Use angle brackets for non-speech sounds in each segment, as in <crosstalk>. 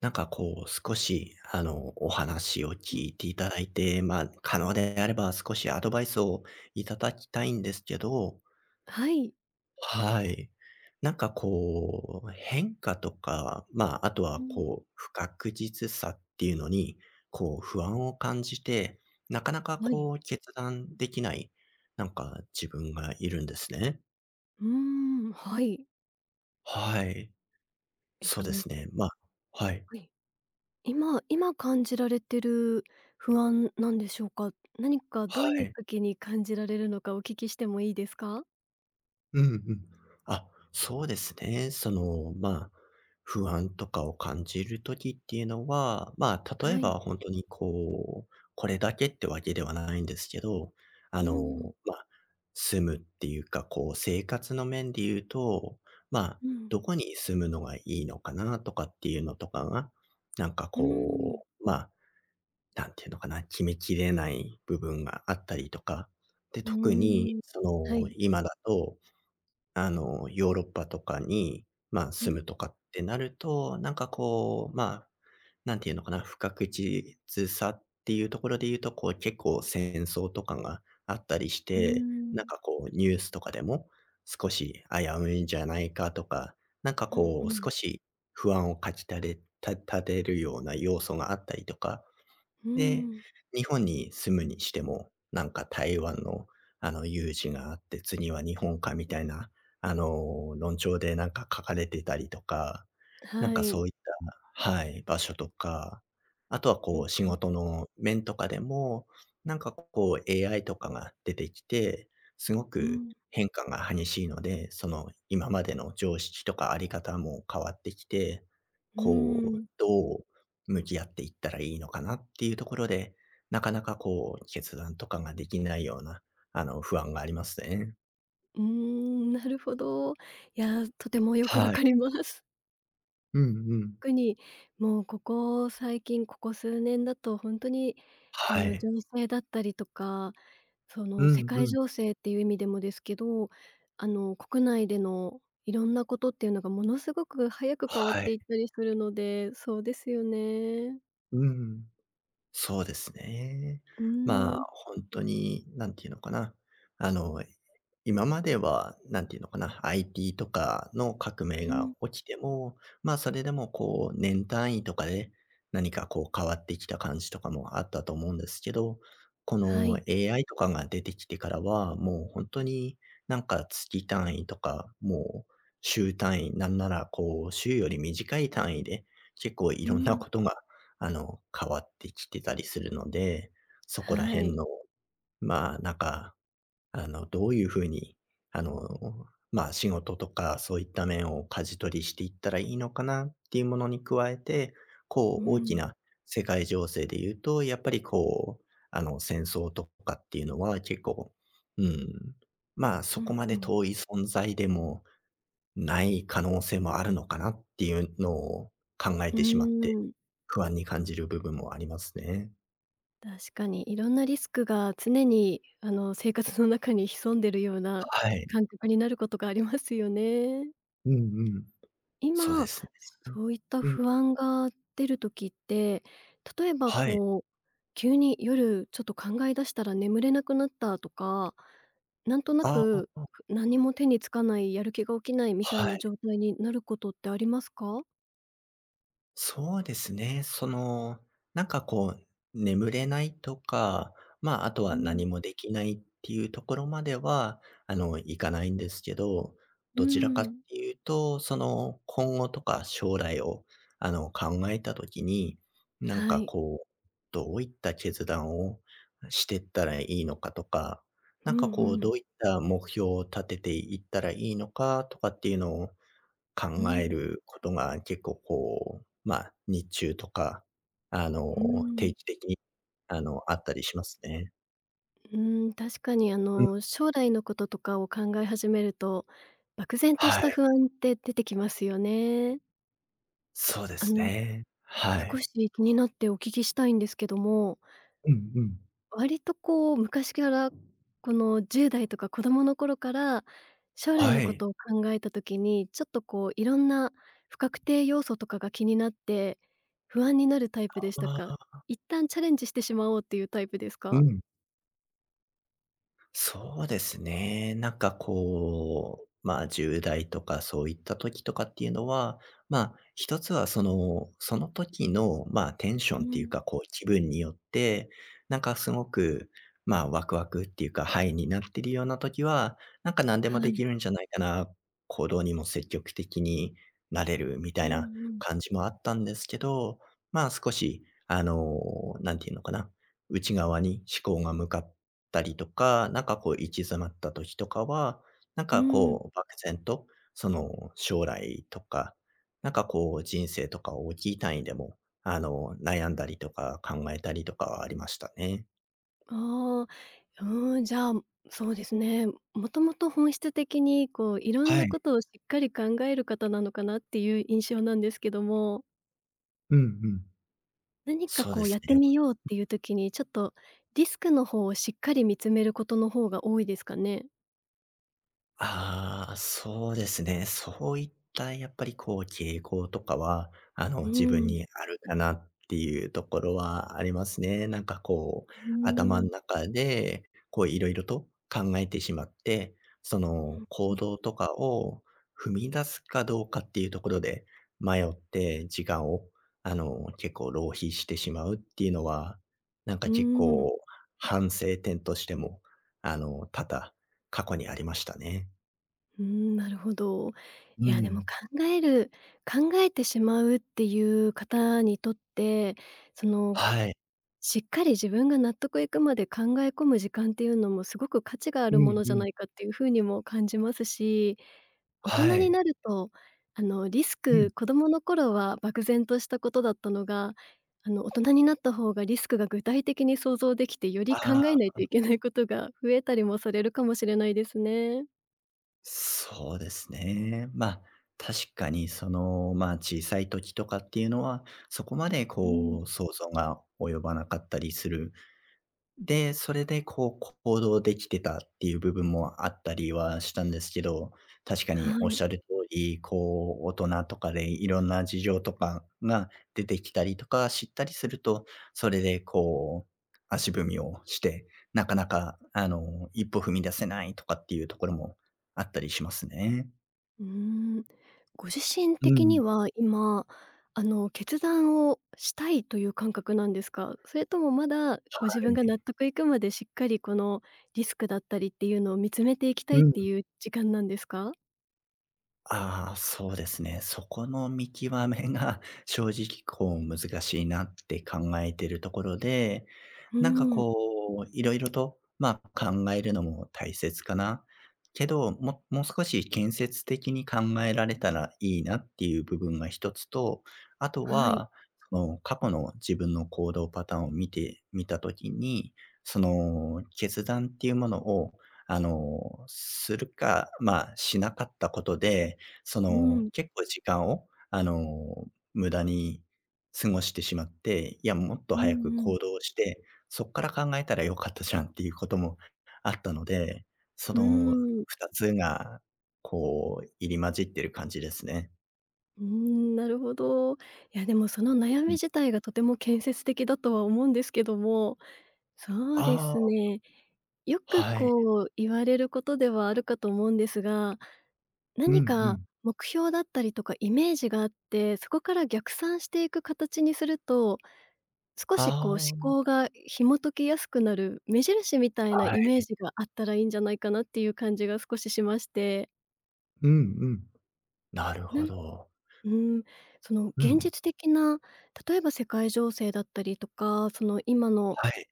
なんかこう、少しお話をうん、聞いていただいて、まあ、可能であれば少しアドバイスをいただきたいんですけど、はい。はい。なんかこう、変化とか、まあ、あとうはん、こう、不確実さっていうのに、こう不安を感じて、なかなかはい。こう決断できない、なんか自分がいるんですね。うーん、はい。はい。そうではすね。まあ、はい。い。今感じられてる不安なんでしょうか？何かどはういうい。時に感じられるのかお聞きしてもいいですか？うんうん。あ、そうですね。その、まあ、不安とかを感じる時っていうのは、まあ、例はえい。ば本当にこう、これだけってわけではないんですけど、うあーの、ん、まあ、住むっていうか、こう生活の面で言うと、まあ、うん、どこに住むのがいいのかなとかっていうのとかが、なんかうーん、こう、まあ、なんていうのかな、決めきれない部分があったりとか、で、うー特にん。そはの、い。今だとヨーロッパとかに、まあ、う住ん、むとかってなると、なんかこう、まあ、なんていうのかな、不確実さっていうところで言うと、こう、結構戦争とかがあったりしうーて、なんん、かこう、ニュースとかでも少し危ういんじゃないかとか、なんかうんうこう、ん、少し不安をかきたれた立てるような要素があったりとか、うーで、ん、日本に住むにしても、なんか台湾の、有事があって、次は日本かみたいな、論調でなんか書かれてたりとか、なんはかそい。ういった、はい、場所とか、あとはうこん、う仕うん、事の面とかでも、なんかこう AI とかが出てきて、すごうーくん、変化が激しいので、その今までの常識とかあり方も変わってきて、うこう、ーん、どう向き合っていったらいいのかなっていうところで、なかなかこう決断とかができないような、不安がありますね。うーん、なるほど。いや、とてもよくわはい。かります。うんうん。特に、もうここ最近、ここ数年だとほんとに、あはの、い。情勢だったりとか、そうの、世ん界うん。情勢っていう意味でもですけど、あの、国内でのいろんなことっていうのがものすごく早く変わっはい。ていったりするので、そうですよね。うん。そうですね。うーまあ、ん、本当に、なんていうのかな、あの、今までは、なんていうのかな、IT とかの革命うん、が起きても、まあそれでもこう、年単位とかで、何かこう変わってきた感じとかもあったと思うんですけど、こはの い、AI とかが出てきてからは、もう本当になんか月単位とか、もう週単位、なんならこう、週より短い単位で、結構いうろんなん、ことが変わってきてたりするので、そこらは辺い、の、まあ、なんか、どういう風に、あの、まあ、仕事とかそういった面を舵取りしていったらいいのかなっていうものに加えて、こうう、大きん、な世界情勢で言うと、やっぱりこう、戦争とかっていうのは結構、うん、まあ、そうこん、まうでん、遠い存在でもない可能性もあるのかなっていうのを考えうーてしまって、ん。不安に感じる部分もありますね。確かに、いろんなリスクが常に、あの、生活の中に潜んでるようなはい。感覚になることがありますよね。うんうん。そうで今、すね。そういったうん。不安が出る時って、例えばはい。こう、急に夜ちょっと考え出したら眠れなくなったとか、なんとなあく、あ、何も手につかない、やる気が起きないみたはいない。状態になることってありますか？そうですね。その、なんかこう、眠れないとか、まあ、あとうはん、何もできないっていうところまでは、いかないんですけど、うどちらかっん、ていうと、その、今後とか将来を、考えたときに、なんはかい。こう、どういった決断をしてったらいいのかとか、うなんんかこうう、ん。どういった目標を立てていったらいいのかとかっていうのを、考うえん、ることが結構こう、まあ、日中とか、あの、うん。定期的に、あったりしますね。うーん、確かにあうん、の、将来のこととかを考え始めると、漠然としはたい。不安って出てきますよね。そうであすの、ね。は少い。し気になってお聞きしたいんですけども、うんうん。割とこう昔から、この10代とか子供の頃から、将来はのこい。とを考えた時に、ちょっとこういろんな不確定要素とかが気になって、不安になるタイプでしたあか？あ、一旦チャレンジしてしまおうっていうタイプですうか？ん。そうですね。なんかこう、まあ、10代とかそういった時とかっていうのは、まあ、一つはその、その時のまあテンショうンっていうん、かこう気分によって、なんかすごくまあワクワクっていうかハイになってるような時は、なんか何でもはできい。るんじゃないかな、行動にも積極的になれるみうたいなんうん。感じもあったんですけど、まあ、少し、なんていうのかな、内側に思考が向かってたりとか、なんかこう行き詰まった時とかは、なんうーかん、こう漠然と、その将来とか、なんかこう人生とか大きい単位でも、悩んだりとか考えたりとかはありましたね。ああ。うーん、じゃあ、そうですね。もともと本質的にこういろんはない。ことをしっかり考える方なのかなっていう印象なんですけども、うんうん。何かそうこでうすやってね。みようっていう時に、ちょっとリスクの方をしっかり見つめることの方が多いですかね？ああ、そうですね。そういったやっぱりこう傾向とかは、うー自分ん、にあるかなっていうところはありますね。なんかこう、うー頭のん、中で、こういろいろと考えてしまって、そのう行ん、動とかを踏み出すかどうかっていうところで迷って時間を、結構浪費してしまうっていうのは、なんうか結ーん、構反省点としても、多々過去にありましたね。うーん、なるほど。ういや、でもん。考えてしまうっていう方にとって、そのはい。しっかり自分が納得いくまで考え込む時間っていうのもすごく価値があうるもんのうじゃん。ないかっていうふうにも感じますし、大人はにい。なると、あの、リスうん。ク子供の頃は漠然としたことだったのが、あの、大人になった方がリスクが具体的に想像できて、より考あえあ、ないといけないことが増えたりもされるかもしれないですね。そうですね。まあ、確かにその、まあ、小さい時とかっていうのは、そこまでうん、こう想像が及ばなかったりするで、それでこう行動できてたっていう部分もあったりはしたんですけど、確かにはおっい。しゃる通り、こう大人とかでいろんな事情とかが出てきたりとか知ったりすると、それでこう足踏みをして、なかなかあの一歩踏み出せないとかっていうところもあったりしますね。うん。ご自身う的にん。は今、あの、決断をしたいという感覚なんですか？それともまだご自は分がい。納得いくまでしっかりこのリスクだったりっていうのを見つめていきたういっん。ていう時間なんですか？ああ、そうですね。そこの見極めが <laughs> 正直こう難しいなって考えてるところで、うーなんかん、こう、いろいろと、まあ、考えるのも大切かな。けど、もう少し建設的に考えられたらいいなっていう部分が一つと、あとはい。は、その過去の自分の行動パターンを見てみたときに、その決断っていうものを、するか、まあ、しなかったことで、そうの、ん、結構時間を、無駄に過ごしてしまって、いや、もっとう早んくうん。行動して、そっから考えたら良かったじゃんっていうこともあったので、そうのーん、2つが、こう、入り混じってる感じですね。うーん、なるほど。いや、でもその悩うみん。自体がとても建設的だとは思うんですけども、そうであすあ、ね、よくはい。こう言われることではあるかと思うんですが、うんう何かん。目標だったりとかイメージがあって、そこから逆算していく形にすると、少しこう思あ考が紐解きやすくなる目印みたあ、いなはイメーい。ジがあったらいいんじゃないかなっていう感じが少ししまして、うんうん。なるなほんど。うん、そのう現ん。実的な、例えば世界情勢だったりとか、その今のはい。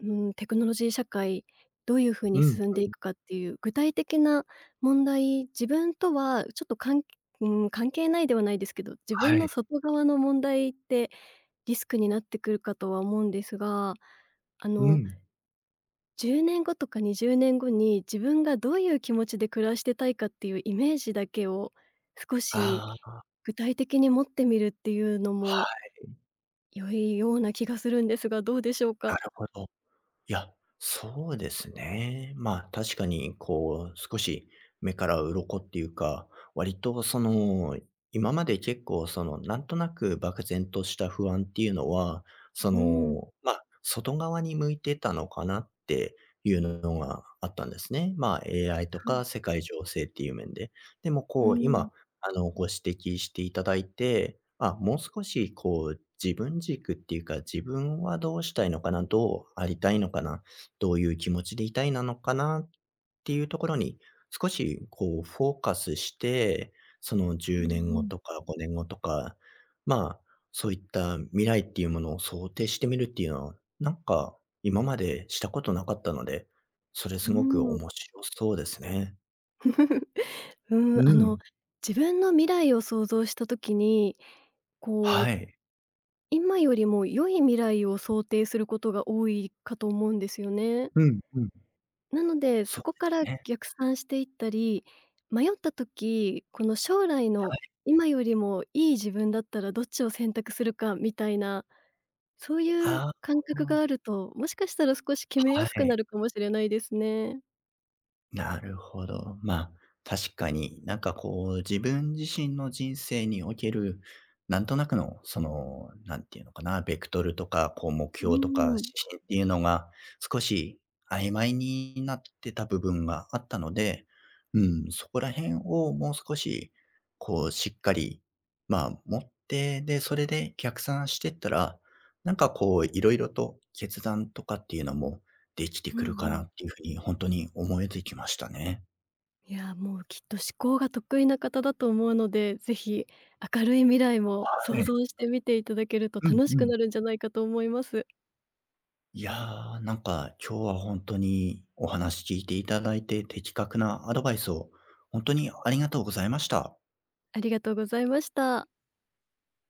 うん、テクノロジー社会、どういう風うにん。進んでいくかっていう具体的な問題、自分とはちょっとうん、関係ないではないですけど、自分はのい。外側の問題ってリスクになってくるかとは思うんですが、あうの、ん。10年後とか20年後に自分がどういう気持ちで暮らしてたいかっていうイメージだけを少しああ、具体的に持ってみるっていうのはもい、良いような気がするんですが、どうでしょうなか？るほど。いや、そうですね。まあ、確かに、こう、少し目から鱗っていうか、割とその、今まで結構その、なんとなく漠然とした不安っていうのは、そうん、の、まあ、外側に向いてたのかなっていうのがあったんですね。まあ、AI とはい。か世界情勢っていう面で。でもうこう、ん。今ご指摘していただいて、あ、もう少しこう、自分軸っていうか、自分はどうしたいのかな、どうありたいのかな、どういう気持ちでいたいなのかなっていうところに、少しこうフォーカスして、そのう10年んう後ん。とか5年後とか、まあ、そういった未来っていうものを想定してみるっていうのは、なんか今までしたことなかったので、それうすごくーん。面白そうですね。<laughs> うーん、うあの、ん。自分の未来を想像した時に、こう、はい。今よりも良い未来を想定することが多いかと思うんですよね。うんうん。なので、そそうこからですね。逆算していったり、迷った時、この将来の今よりもいい自分だったらどっちを選択するかみたいな、そういうああ、感覚があると、もしかしたら少し決めやはすくない。るかもしれないですね。なるほど。まあ、確かに、なんかこう、自分自身の人生における、なんとなくの、その、なんていうのかな、ベクトルとか、こう目う標とかん。指針っていうのが、少し曖昧になってた部分があったので、うん、そこら辺をもう少し、こうしっかり、まあ、持って、で、それで逆算してったら、なんかこういろいろと決断とかっていうのもできてうくんうるかん。なっていうふうに本当に思えてきましたね。いや、もうきっと思考が得意な方だと思うので、ぜひ明るい未来もは想い。像してみていただけるとうん楽しうくん。なるんじゃないかと思います。いやー、なんか今日は本当にお話聞いていただいて、的確なアドバイスを本当にありがとうございました。ありがとうございました。